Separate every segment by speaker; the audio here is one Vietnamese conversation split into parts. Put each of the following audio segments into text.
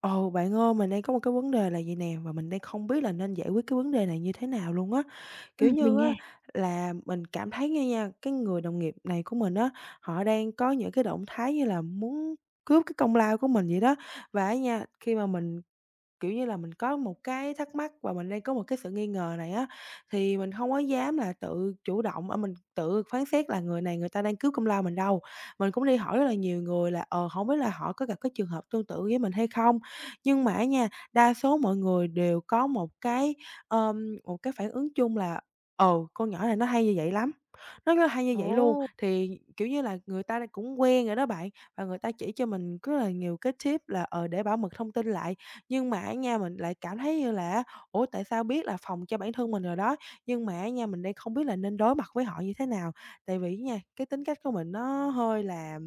Speaker 1: Ồ, bạn ơi, mình đang có một cái vấn đề là vậy nè, và mình đang không biết là nên giải quyết cái vấn đề này như thế nào luôn á. Kiểu
Speaker 2: Mình
Speaker 1: như á,
Speaker 2: nghe.
Speaker 1: là mình cảm thấy nghe nha, cái người đồng nghiệp này của mình á, họ đang có những cái động thái như là muốn cướp cái công lao của mình vậy đó. Và á nha, khi mà mình kiểu như là, mình có một cái thắc mắc và mình đang có một cái sự nghi ngờ này á, thì mình không có dám là tự chủ động, ở mình tự phán xét là người này người ta đang cướp công lao mình đâu. Mình cũng đi hỏi rất là nhiều người là, không biết là họ có gặp cái trường hợp tương tự với mình hay không? Nhưng mà nha, đa số mọi người đều có một cái phản ứng chung là ờ con nhỏ này nó hay như vậy lắm, nó rất là hay như vậy luôn."
Speaker 2: Ồ!
Speaker 1: Thì, kiểu như là, người ta cũng quen rồi đó bạn, và người ta chỉ cho mình rất là nhiều cái tip là, để bảo mật thông tin lại. Nhưng mà á nha, mình lại cảm thấy như là ủa, tại sao biết là phòng cho bản thân mình rồi đó, nhưng mà á nha, mình đang không biết là nên đối mặt với họ như thế nào. Tại vì nha, cái tính cách của mình nó hơi là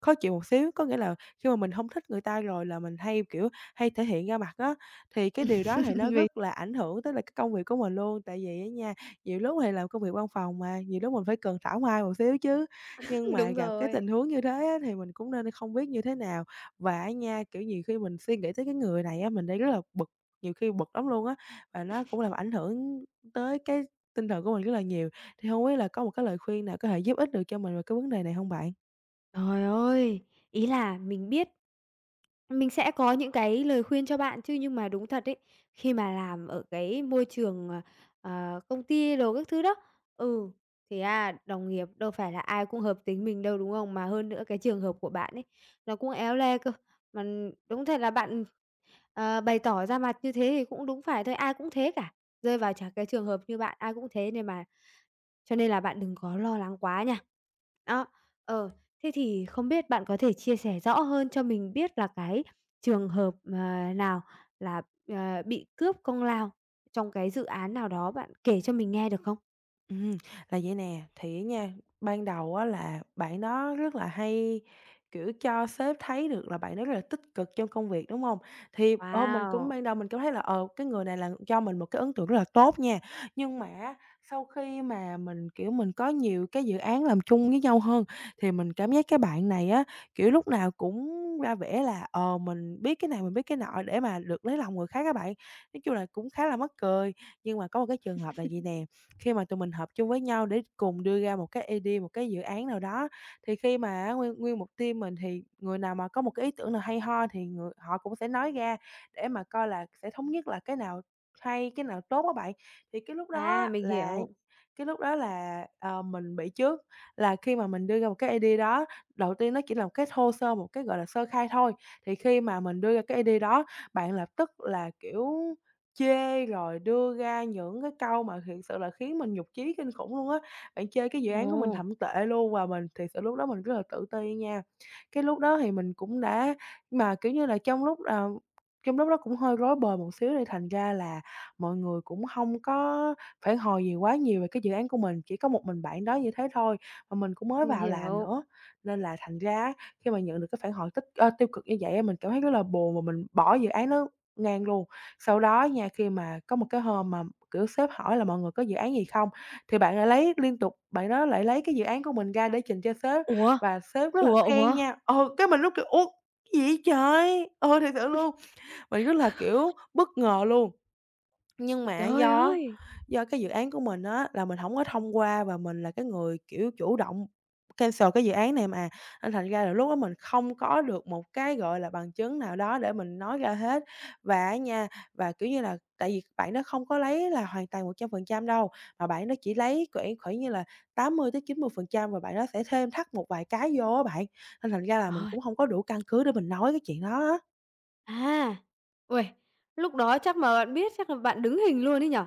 Speaker 1: khó chịu một xíu, có nghĩa là khi mà mình không thích người ta rồi là mình hay, kiểu, hay thể hiện ra mặt á, thì cái điều đó thì nó
Speaker 2: Mình
Speaker 1: rất là ảnh hưởng tới là cái công việc của mình luôn. Tại vì á nha, nhiều lúc thì làm công việc văn phòng mà, nhiều lúc mình phải cần thảo mai một xíu chứ. Nhưng mà
Speaker 2: Đúng
Speaker 1: gặp cái
Speaker 2: rồi.
Speaker 1: tình huống như thế á thì mình cũng nên không biết như thế nào. Và á nha, kiểu, nhiều khi mình suy nghĩ tới cái người này á, mình đang rất là bực, nhiều khi bực lắm luôn á, và nó cũng làm ảnh hưởng tới cái tinh thần của mình rất là nhiều. Thì không biết là có một cái lời khuyên nào có thể giúp ích được cho mình về cái vấn đề này không bạn?
Speaker 2: Trời ơi! Ý là mình biết mình sẽ có những cái lời khuyên cho bạn chứ, nhưng mà đúng thật ấy, khi mà làm ở cái môi trường, công ty đồ các thứ đó, ừ, thì đồng nghiệp đâu phải là ai cũng hợp tính mình đâu, đúng không? Mà hơn nữa cái trường hợp của bạn ấy, nó cũng éo le cơ, mà đúng thật là bạn, bày tỏ ra mặt như thế thì cũng đúng phải thôi, ai cũng thế cả, rơi vào chả cái trường hợp như bạn ai cũng thế nên mà. Cho nên là bạn đừng có lo lắng quá nha. Đó, ờ, thế thì không biết bạn có thể chia sẻ rõ hơn cho mình biết là cái trường hợp, nào là, bị cướp công lao trong cái dự án nào đó, bạn kể cho mình nghe được không?
Speaker 1: Ừm, là vậy nè, thì á nha, ban đầu á là bạn đó rất là hay, kiểu, cho sếp thấy được là bạn đó rất là tích cực trong công việc, đúng không? Thì, ô mình cũng
Speaker 2: Wow!
Speaker 1: ban đầu mình cũng thấy là, cái người này là cho mình một cái ấn tượng rất là tốt nha. Nhưng mà sau khi mà mình, kiểu, mình có nhiều cái dự án làm chung với nhau hơn, thì mình cảm giác cái bạn này á, kiểu, lúc nào cũng ra vẻ là, mình biết cái này, mình biết cái nọ để mà được lấy lòng người khác các bạn. Nói chung là cũng khá là mắc cười, nhưng mà có một cái trường hợp là gì nè. Khi mà tụi mình hợp chung với nhau để cùng đưa ra một cái idea, một cái dự án nào đó, thì khi mà á nguyên nguyên một team mình thì người nào mà có một cái ý tưởng nào hay ho thì người họ cũng sẽ nói ra để mà coi là sẽ thống nhất là cái nào hay, cái nào tốt các bạn. Thì
Speaker 2: À, mình
Speaker 1: là
Speaker 2: hiểu.
Speaker 1: cái lúc đó là, ờ, mình bị trước, là khi mà mình đưa ra một cái idea đó, đầu tiên nó chỉ là một cái thô sơ, một cái, gọi là, sơ khai thôi, thì khi mà mình đưa ra cái idea đó, bạn lập tức là, kiểu chê, rồi đưa ra những cái câu mà thiệt sự là khiến mình nhục chí kinh khủng luôn á. Bạn chê cái dự án của mình
Speaker 2: Ồ,
Speaker 1: thậm tệ luôn và mình thiệt sự lúc đó mình rất là tự ti nha. Cái lúc đó thì mình cũng đã mà, kiểu như là, trong lúc, trong lúc đó cũng hơi rối bời một xíu đi, thành ra là mọi người cũng không có phản hồi gì quá nhiều về cái dự án của mình, chỉ có một mình bạn đó như thế thôi, mà mình cũng mới
Speaker 2: mình
Speaker 1: vào làm
Speaker 2: hiểu.
Speaker 1: nữa. Nên là thành ra á, khi mà nhận được cái phản hồi tiêu cực như vậy á, mình cảm thấy rất là buồn và mình bỏ dự án nó ngang luôn. Sau đó nha, khi mà có một cái hôm mà, kiểu, sếp hỏi là "Mọi người có dự án gì không?", thì bạn lại lấy liên tục bạn đó lại lấy cái dự án của mình ra để trình cho sếp
Speaker 2: Ủa?
Speaker 1: và sếp rất là
Speaker 2: Ủa,
Speaker 1: khen
Speaker 2: ủa?
Speaker 1: nha. Ừ, cái mình lúc kiểu: "Ủa, cái gì vậy trời?" Ừ, thiệt sự luôn, mình rất là, kiểu, bất ngờ luôn. Nhưng mà
Speaker 2: Trời
Speaker 1: do
Speaker 2: ơi!
Speaker 1: do cái dự án của mình á là mình hổng có thông qua và mình là cái người, kiểu, chủ động cancel cái dự án này mà, nên thành ra là lúc đó mình không có được một cái, gọi là, bằng chứng nào đó để mình nói ra hết. Và á nha và, kiểu như là, tại vì bạn đó không có lấy là hoàn toàn 100% đâu, mà bạn đó chỉ lấy khoảng khoảng như là tám mươi mươi tới chín mươi phần trăm và bạn đó sẽ thêm thắt một vài cái vô á bạn, nên thành ra là mình
Speaker 2: Trời!
Speaker 1: cũng hông có đủ căn cứ để mình nói cái chuyện đó á.
Speaker 2: À! Uầy, lúc đó chắc mà bạn biết chắc là bạn đứng hình luôn ấy nhỉ?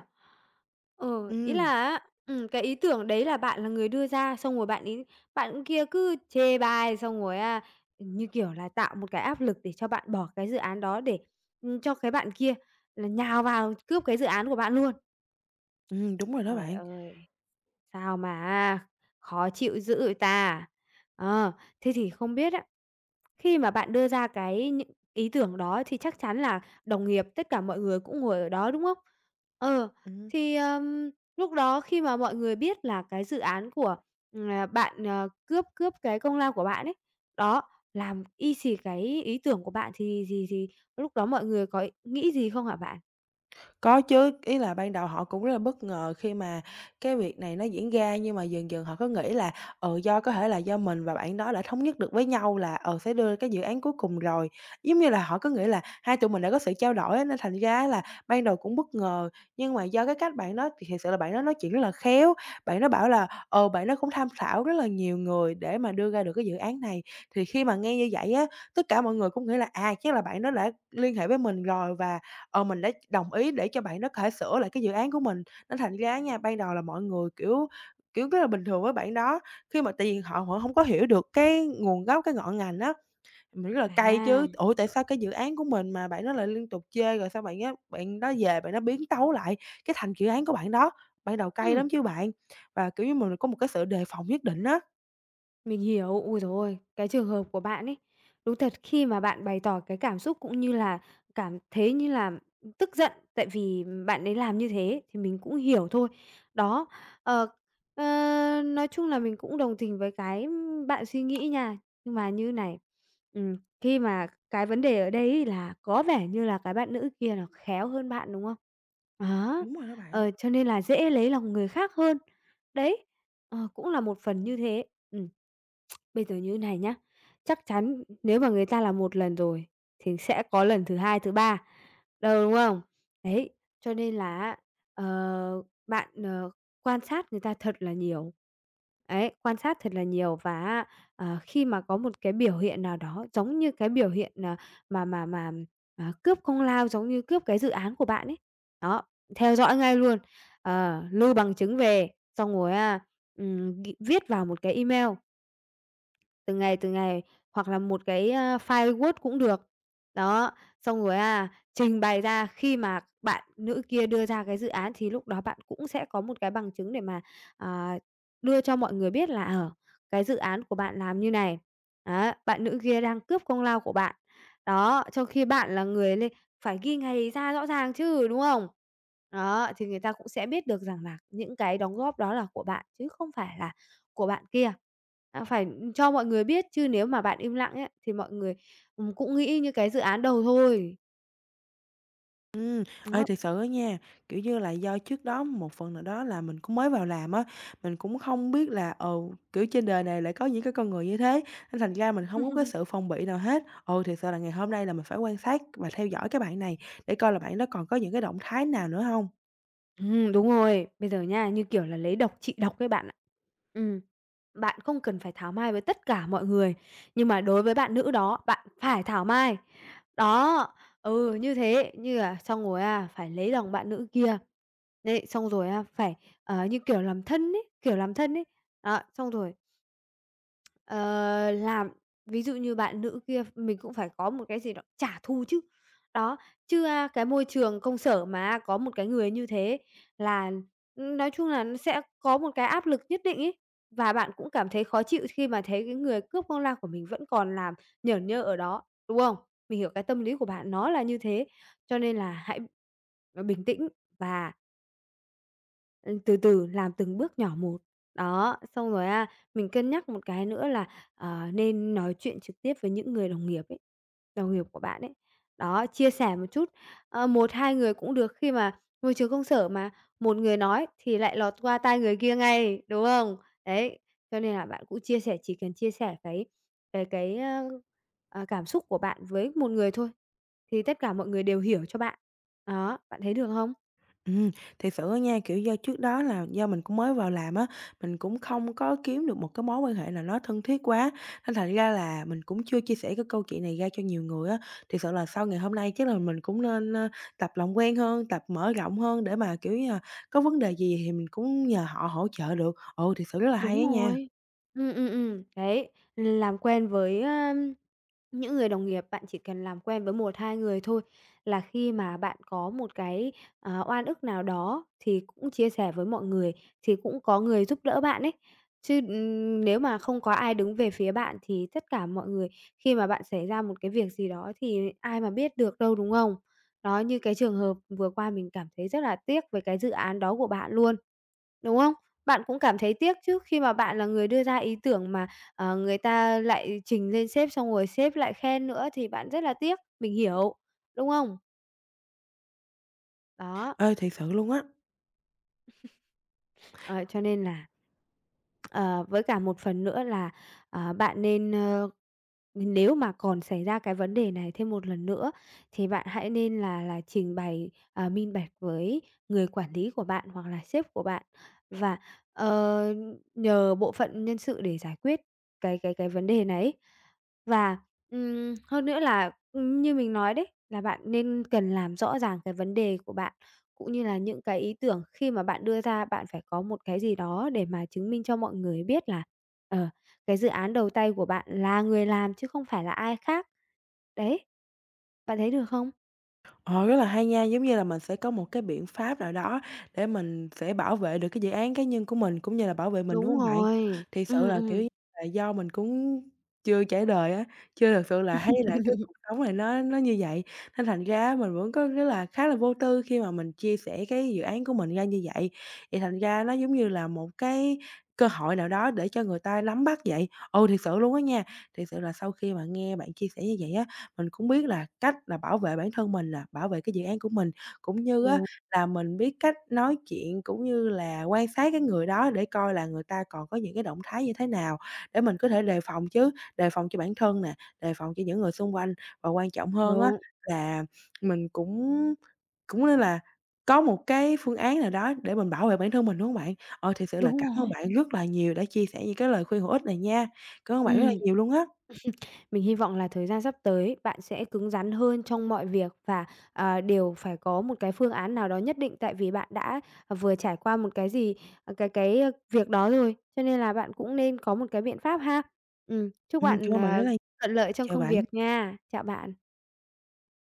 Speaker 2: Ừ, ý là
Speaker 1: Ừm,
Speaker 2: á, cái ý tưởng đấy là bạn là người đưa ra, xong rồi bạn kia cứ chê bai, xong rồi như kiểu là, tạo một cái áp lực để cho bạn bỏ cái dự án đó để, cho cái bạn kia là nhào vào cướp cái dự án của bạn luôn.
Speaker 1: đúng rồi đó
Speaker 2: Trời
Speaker 1: bạn.
Speaker 2: ơi! Sao mà khó chịu dữ vậy ta? Ờ, thế thì không biết á, khi mà bạn đưa ra cái những ý tưởng đó thì chắc chắn là đồng nghiệp, tất cả mọi người cũng ngồi ở đó, đúng không? Ờ,
Speaker 1: Ừm.
Speaker 2: thì, lúc đó khi mà mọi người biết là cái dự án của, bạn, cướp cướp cái công lao của bạn ấy, đó, làm y xì cái ý tưởng của bạn thì lúc đó mọi người có nghĩ gì không hả bạn?
Speaker 1: Có chứ, ý là ban đầu họ cũng rất là bất ngờ khi mà cái việc này nó diễn ra, nhưng mà dần dần họ có nghĩ là, ừ, do có thể là do mình và bạn đó đã thống nhất được với nhau là, ờ, sẽ đưa cái dự án cuối cùng rồi. Giống như là họ cứ nghĩ là hai tụi mình đã có sự trao đổi á, nên thành ra là ban đầu cũng bất ngờ, nhưng mà do cái cách bạn đó thì thiệt sự là bạn đó nói chuyện rất là khéo, bạn đó bảo là, bạn đó cũng tham khảo rất là nhiều người để mà đưa ra được cái dự án này. Thì khi mà nghe như vậy á, tất cả mọi người cũng nghĩ là, à, chắc là bạn đó đã liên hệ với mình rồi và ờ, mình đã đồng ý để cho bạn đó có thể sửa lại cái dự án của mình, nên thành ra á nha, ban đầu là mọi người, kiểu kiểu, rất là bình thường với bạn đó, khi mà tại vì họ họ không có hiểu được cái nguồn gốc, cái ngọn ngành á, mình rất là cay
Speaker 2: À.
Speaker 1: chứ. "Ủa, tại sao cái dự án của mình mà bạn nó lại liên tục chê, rồi sao bạn đó về bạn nó biến tấu lại cái thành dự án của bạn đó?" Ban đầu cay
Speaker 2: Ừ.
Speaker 1: lắm chứ bạn, và, kiểu như, mình có một cái sự đề phòng nhất định á.
Speaker 2: Mình hiểu, ôi giời ôi, cái trường hợp của bạn ấy, đúng thật khi mà bạn bày tỏ cái cảm xúc cũng như là cảm thấy như là tức giận tại vì bạn ấy làm như thế thì mình cũng hiểu thôi. Đó, ờ, ờ, nói chung là mình cũng đồng tình với cái bạn suy nghĩ nha, nhưng mà như này, khi mà cái vấn đề ở đây ấy là có vẻ như là cái bạn nữ kia là khéo hơn bạn, đúng không? Đó,
Speaker 1: Đúng rồi đó bạn.
Speaker 2: cho nên là dễ lấy lòng người khác hơn. Đấy, cũng là một phần như thế. Ừm. Bây giờ như thế này nhá, chắc chắn nếu mà người ta làm một lần rồi thì sẽ có lần thứ hai, thứ ba, đâu, đúng không? Đấy, cho nên là á, bạn, quan sát người ta thật là nhiều. Ấy, quan sát thật là nhiều và khi mà có một cái biểu hiện nào đó giống như cái biểu hiện, mà, cướp công lao, giống như cướp cái dự án của bạn ấy, đó, theo dõi ngay luôn lưu bằng chứng về, xong rồi ghi viết vào một cái email. Từng ngày, hoặc là một cái, file Word cũng được. Đó, xong rồi trình bày ra khi mà bạn nữ kia đưa ra cái dự án thì lúc đó bạn cũng sẽ có một cái bằng chứng để mà, à, đưa cho mọi người biết là, ở cái dự án của bạn làm như này, á, bạn nữ kia đang cướp công lao của bạn. Đó, trong khi bạn là người lên phải ghi ngày ra rõ ràng chứ, đúng không? Đó, thì người ta cũng sẽ biết được rằng là những cái đóng góp đó là của bạn chứ không phải là của bạn kia. À, phải cho mọi người biết chứ nếu mà bạn im lặng ấy, thì mọi người, cũng nghĩ như cái dự án đầu thôi.
Speaker 1: Ừ, ơi
Speaker 2: Đó.
Speaker 1: thật sự á nha, kiểu như là, do trước đó một phần nào đó là mình cũng mới vào làm á, mình cũng không biết là, ồ kiểu, trên đời này lại có những cái con người như thế, nên thành ra mình không có cái sự phòng bị nào hết. Ồ, thật sự là ngày hôm nay là mình phải quan sát và theo dõi cái bạn này để coi là bạn đó còn có những cái động thái nào nữa không.
Speaker 2: Đúng rồi. Bây giờ nha, như kiểu là lấy độc trị độc ấy bạn ạ. Ừm, bạn không cần phải thảo mai với tất cả mọi người, nhưng mà đối với bạn nữ đó, bạn phải thảo mai. Đó, như thế, như là xong rồi á, phải lấy lòng bạn nữ kia. Đấy, xong rồi á, phải, như kiểu làm thân ấy, kiểu làm thân ấy. Đó, xong rồi. Ờ, làm ví dụ như bạn nữ kia mình cũng phải có một cái gì đó trả thù chứ. Đó, chứ, cái môi trường công sở mà có một cái người như thế là, nói chung là nó sẽ có một cái áp lực nhất định ấy, và bạn cũng cảm thấy khó chịu khi mà thấy cái người cướp công lao của mình vẫn còn làm nhởn nhơ ở đó, đúng không? Mình hiểu cái tâm lý của bạn nó là như thế, cho nên là hãy, bình tĩnh và Ừ, từ từ, làm từng bước nhỏ một. Đó, xong rồi mình cân nhắc một cái nữa là, nên nói chuyện trực tiếp với những người đồng nghiệp ấy, đồng nghiệp của bạn ấy. Đó, chia sẻ một chút, 1, 2 người cũng được khi mà môi trường công sở mà, một người nói thì lại lọt qua tai người kia ngay, đúng không? Đấy, cho nên là bạn cũng chia sẻ chỉ cần chia sẻ cái cảm xúc của bạn với một người thôi, thì tất cả mọi người đều hiểu cho bạn. Đó, bạn thấy được không?
Speaker 1: Ừm, thiệt sự á nha, kiểu, do trước đó là do mình cũng mới vào làm á, mình cũng không có kiếm được một cái mối quan hệ nào nó thân thiết quá, nên thành ra là mình cũng chưa chia sẻ cái câu chuyện này ra cho nhiều người á. Thiệt sự là sau ngày hôm nay chắc là mình cũng nên, tập làm quen hơn, tập mở rộng hơn để mà, kiểu như là, có vấn đề gì thì mình cũng nhờ họ hỗ trợ được. Ừ, thiệt sự rất là hay
Speaker 2: Đúng
Speaker 1: á nha.
Speaker 2: rồi. Đấy, làm quen với, những người đồng nghiệp, bạn chỉ cần làm quen với một 2 người thôi là khi mà bạn có một cái, oan ức nào đó thì cũng chia sẻ với mọi người, thì cũng có người giúp đỡ bạn ấy. Chứ, nếu mà không có ai đứng về phía bạn thì tất cả mọi người khi mà bạn xảy ra một cái việc gì đó thì ai mà biết được đâu, đúng không? Đó, như cái trường hợp vừa qua mình cảm thấy rất là tiếc về cái dự án đó của bạn luôn, đúng không? Bạn cũng cảm thấy tiếc chứ, khi mà bạn là người đưa ra ý tưởng mà, người ta lại trình lên sếp xong rồi sếp lại khen nữa thì bạn rất là tiếc, mình hiểu, đúng không? Đó.
Speaker 1: Ơi thiệt sự luôn á.
Speaker 2: Ờ, cho nên là, ờ, với cả một phần nữa là, bạn nên, nếu mà còn xảy ra cái vấn đề này thêm một lần nữa thì bạn hãy nên là trình bày, minh bạch với người quản lý của bạn hoặc là sếp của bạn và, ờ, nhờ bộ phận nhân sự để giải quyết cái vấn đề này. Và, hơn nữa là, như mình nói đấy, là bạn nên cần làm rõ ràng cái vấn đề của bạn. Cũng như là những cái ý tưởng khi mà bạn đưa ra, bạn phải có một cái gì đó để mà chứng minh cho mọi người biết là, ờ, cái dự án đầu tay của bạn là người làm chứ không phải là ai khác, đấy. Bạn thấy được không?
Speaker 1: Ờ, rất là hay nha, giống như là mình sẽ có một cái biện pháp nào đó để mình sẽ bảo vệ được cái dự án cá nhân của mình, cũng như là bảo vệ mình, đúng
Speaker 2: Đúng
Speaker 1: hông bạn?
Speaker 2: rồi.
Speaker 1: Thiệt sự là, kiểu như là, do mình cũng chưa trải đời á, chưa thực sự là thấy là cái cuộc sống này nó như vậy, nên thành ra á mình vẫn có rất là khá là vô tư khi mà mình chia sẻ cái dự án của mình ra như vậy. Vậy thành ra nó giống như là một cái cơ hội nào đó để cho người ta nắm bắt vậy. Ừ, thiệt sự luôn á nha, thiệt sự là sau khi mà nghe bạn chia sẻ như vậy á, mình cũng biết là cách là bảo vệ bản thân mình là bảo vệ cái dự án của mình, cũng như á
Speaker 2: Đúng,
Speaker 1: là mình biết cách nói chuyện, cũng như là quan sát cái người đó để coi là người ta còn có những cái động thái như thế nào để mình có thể đề phòng chứ, đề phòng cho bản thân nè, đề phòng cho những người xung quanh. Và quan trọng hơn á
Speaker 2: đúng,
Speaker 1: là mình cũng cũng nên là có một cái phương án nào đó để mình bảo vệ bản thân mình, đúng không bạn? Ờ, thật sự là
Speaker 2: đúng
Speaker 1: cảm ơn
Speaker 2: rồi.
Speaker 1: bạn rất là nhiều đã chia sẻ những cái lời khuyên hữu ích này nha. Cảm ơn bạn rất là
Speaker 2: Ừm.
Speaker 1: nhiều luôn á.
Speaker 2: Mình hy vọng là thời gian sắp tới bạn sẽ cứng rắn hơn trong mọi việc và, đều phải có một cái phương án nào đó nhất định, tại vì bạn đã, vừa trải qua một cái gì, cái, việc đó rồi, cho nên là bạn cũng nên có một cái biện pháp ha. Chúc bạn,
Speaker 1: Cảm ơn bạn rất là nhiều.
Speaker 2: thuận lợi trong
Speaker 1: Chào
Speaker 2: công
Speaker 1: bạn.
Speaker 2: việc nha. Chào bạn.